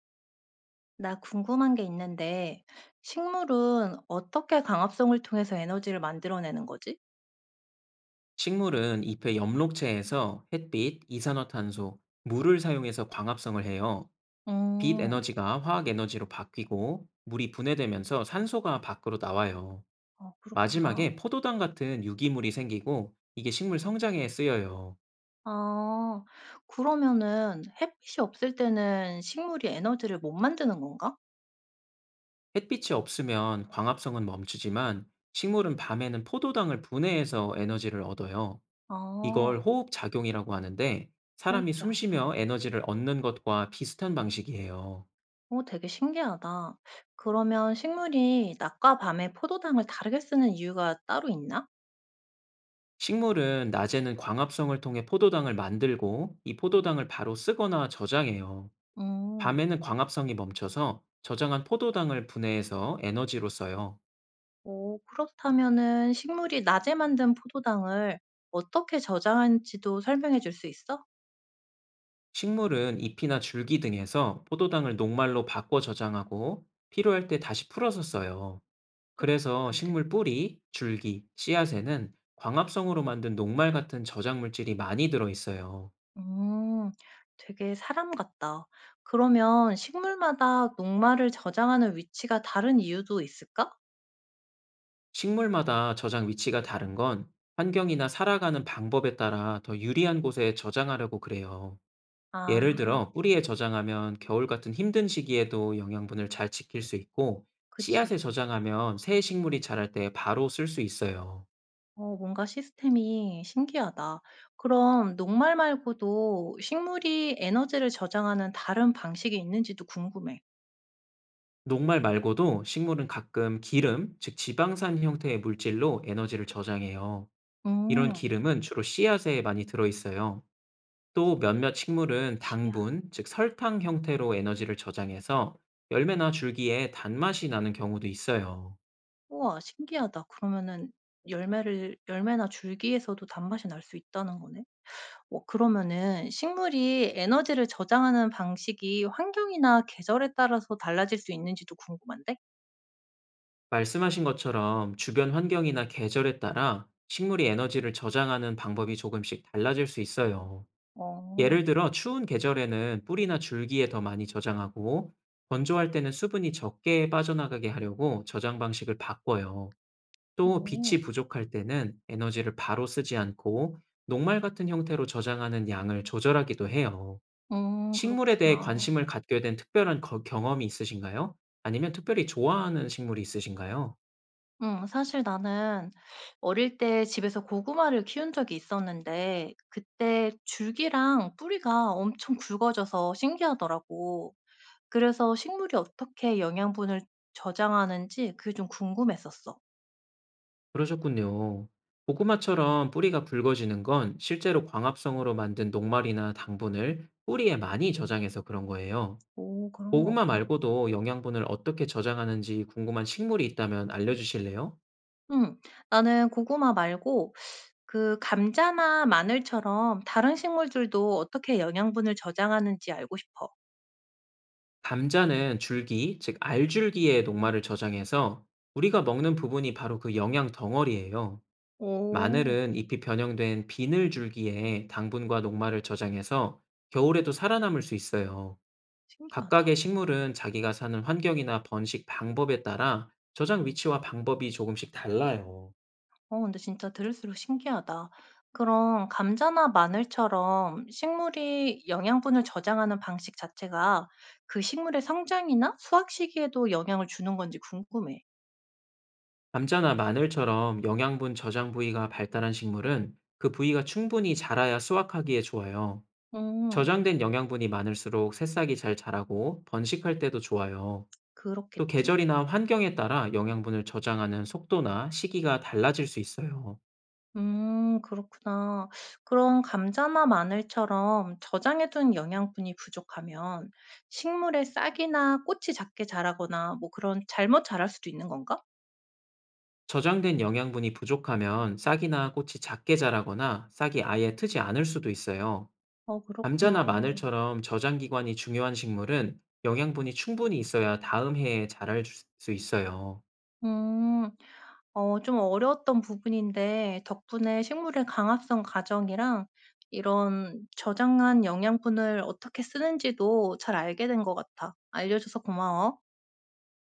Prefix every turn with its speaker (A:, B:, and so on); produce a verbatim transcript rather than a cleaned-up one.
A: 나 궁금한 게 있는데, 식물은 어떻게 광합성을 통해서 에너지를 만들어내는 거지?
B: 식물은 잎의 엽록체에서 햇빛, 이산화탄소, 물을 사용해서 광합성을 해요. 빛
A: 음,
B: 에너지가 화학 에너지로 바뀌고 물이 분해되면서 산소가 밖으로 나와요.
A: 아,
B: 마지막에
A: 그렇구나.
B: 포도당 같은 유기물이 생기고 이게 식물 성장에 쓰여요.
A: 아, 그러면은 햇빛이 없을 때는 식물이 에너지를 못 만드는 건가?
B: 햇빛이 없으면 광합성은 멈추지만, 식물은 밤에는 포도당을 분해해서 에너지를 얻어요. 이걸
A: 아,
B: 호흡작용이라고 하는데, 사람이 숨
A: 호흡작용.
B: 쉬며 에너지를 얻는 것과 비슷한 방식이에요.
A: 오, 되게 신기하다. 그러면 식물이 낮과 밤에 포도당을 다르게 쓰는 이유가 따로 있나?
B: 식물은 낮에는 광합성을 통해 포도당을 만들고, 이 포도당을 바로 쓰거나 저장해요.
A: 음.
B: 밤에는 광합성이 멈춰서 저장한 포도당을 분해해서 에너지로 써요.
A: 오, 그렇다면은 식물이 낮에 만든 포도당을 어떻게 저장하는지도 설명해 줄 수 있어?
B: 식물은 잎이나 줄기 등에서 포도당을 녹말로 바꿔 저장하고, 필요할 때 다시 풀어서 써요. 그래서
A: 똑똑한데.
B: 식물 뿌리, 줄기, 씨앗에는 광합성으로 만든 녹말 같은 저장 물질이 많이 들어있어요.
A: 음. 되게 사람 같다. 그러면 식물마다 녹말을 저장하는 위치가 다른 이유도 있을까?
B: 식물마다 저장 위치가 다른 건, 환경이나 살아가는 방법에 따라 더 유리한 곳에 저장하려고 그래요. 예를
A: 아,
B: 들어 뿌리에 저장하면 겨울 같은 힘든 시기에도 영양분을 잘 지킬 수 있고,
A: 그치.
B: 씨앗에 저장하면 새 식물이 자랄 때 바로 쓸 수 있어요.
A: 어, 뭔가 시스템이 신기하다. 그럼 녹말 말고도 식물이 에너지를 저장하는 다른 방식이 있는지도 궁금해.
B: 녹말 말고도 식물은 가끔 기름, 즉 지방산 형태의 물질로 에너지를 저장해요. 이런
A: 음.
B: 기름은 주로 씨앗에 많이 들어있어요. 또 몇몇 식물은
A: 씨앗.
B: 당분, 즉 설탕 형태로 에너지를 저장해서 열매나 줄기에 단맛이 나는 경우도 있어요.
A: 우와, 신기하다. 그러면은 열매를 열매나 줄기에서도 단맛이 날 수 있다는 거네. 어, 그러면은 식물이 에너지를 저장하는 방식이 환경이나 계절에 따라서 달라질 수 있는지도 궁금한데?
B: 말씀하신 것처럼 주변 환경이나 계절에 따라 식물이 에너지를 저장하는 방법이 조금씩 달라질 수 있어요.
A: 어.
B: 예를 들어 추운 계절에는 뿌리나 줄기에 더 많이 저장하고, 건조할 때는 수분이 적게 빠져나가게 하려고 저장 방식을 바꿔요. 또
A: 어.
B: 빛이 부족할 때는 에너지를 바로 쓰지 않고 녹말 같은 형태로 저장하는 양을 조절하기도 해요.
A: 음,
B: 식물에 대해
A: 그렇구나.
B: 관심을 갖게 된 특별한 거- 경험이 있으신가요? 아니면 특별히 좋아하는 식물이 있으신가요?
A: 음, 사실 나는 어릴 때 집에서 고구마를 키운 적이 있었는데 그때 줄기랑 뿌리가 엄청 굵어져서 신기하더라고. 그래서 식물이 어떻게 영양분을 저장하는지 그게 좀 궁금했었어.
B: 그러셨군요. 고구마처럼 뿌리가 붉어지는 건 실제로 광합성으로 만든 녹말이나 당분을 뿌리에 많이 저장해서 그런 거예요.
A: 오, 그런
B: 고구마
A: 거구나.
B: 말고도 영양분을 어떻게 저장하는지 궁금한 식물이 있다면 알려주실래요?
A: 음, 나는 고구마 말고 그 감자나 마늘처럼 다른 식물들도 어떻게 영양분을 저장하는지 알고 싶어.
B: 감자는 줄기, 즉 알줄기에 녹말을 저장해서 우리가 먹는 부분이 바로 그 영양 덩어리예요.
A: 오,
B: 마늘은 잎이 변형된 비늘 줄기에 당분과 녹말을 저장해서 겨울에도 살아남을 수 있어요.
A: 신기하다.
B: 각각의 식물은 자기가 사는 환경이나 번식 방법에 따라 저장 위치와 방법이 조금씩 달라요.
A: 어, 근데 진짜 들을수록 신기하다. 그럼 감자나 마늘처럼 식물이 영양분을 저장하는 방식 자체가 그 식물의 성장이나 수확 시기에도 영향을 주는 건지 궁금해.
B: 감자나 마늘처럼 영양분 저장 부위가 발달한 식물은 그 부위가 충분히 자라야 수확하기에 좋아요.
A: 음.
B: 저장된 영양분이 많을수록 새싹이 잘 자라고 번식할 때도 좋아요. 또
A: 그렇겠지?
B: 계절이나 환경에 따라 영양분을 저장하는 속도나 시기가 달라질 수 있어요.
A: 음, 그렇구나. 그럼 감자나 마늘처럼 저장해 둔 영양분이 부족하면 식물의 싹이나 꽃이 작게 자라거나 뭐 그런 잘못 자랄 수도 있는 건가?
B: 저장된 영양분이 부족하면 싹이나 꽃이 작게 자라거나 싹이 아예 트지 않을 수도 있어요.
A: 어, 그렇구나.
B: 감자나 마늘처럼 저장 기관이 중요한 식물은 영양분이 충분히 있어야 다음 해에 자랄 수 있어요.
A: 음. 어, 좀 어려웠던 부분인데 덕분에 식물의 강합성 과정이랑 이런 저장한 영양분을 어떻게 쓰는지도 잘 알게 된 것 같아. 알려줘서 고마워.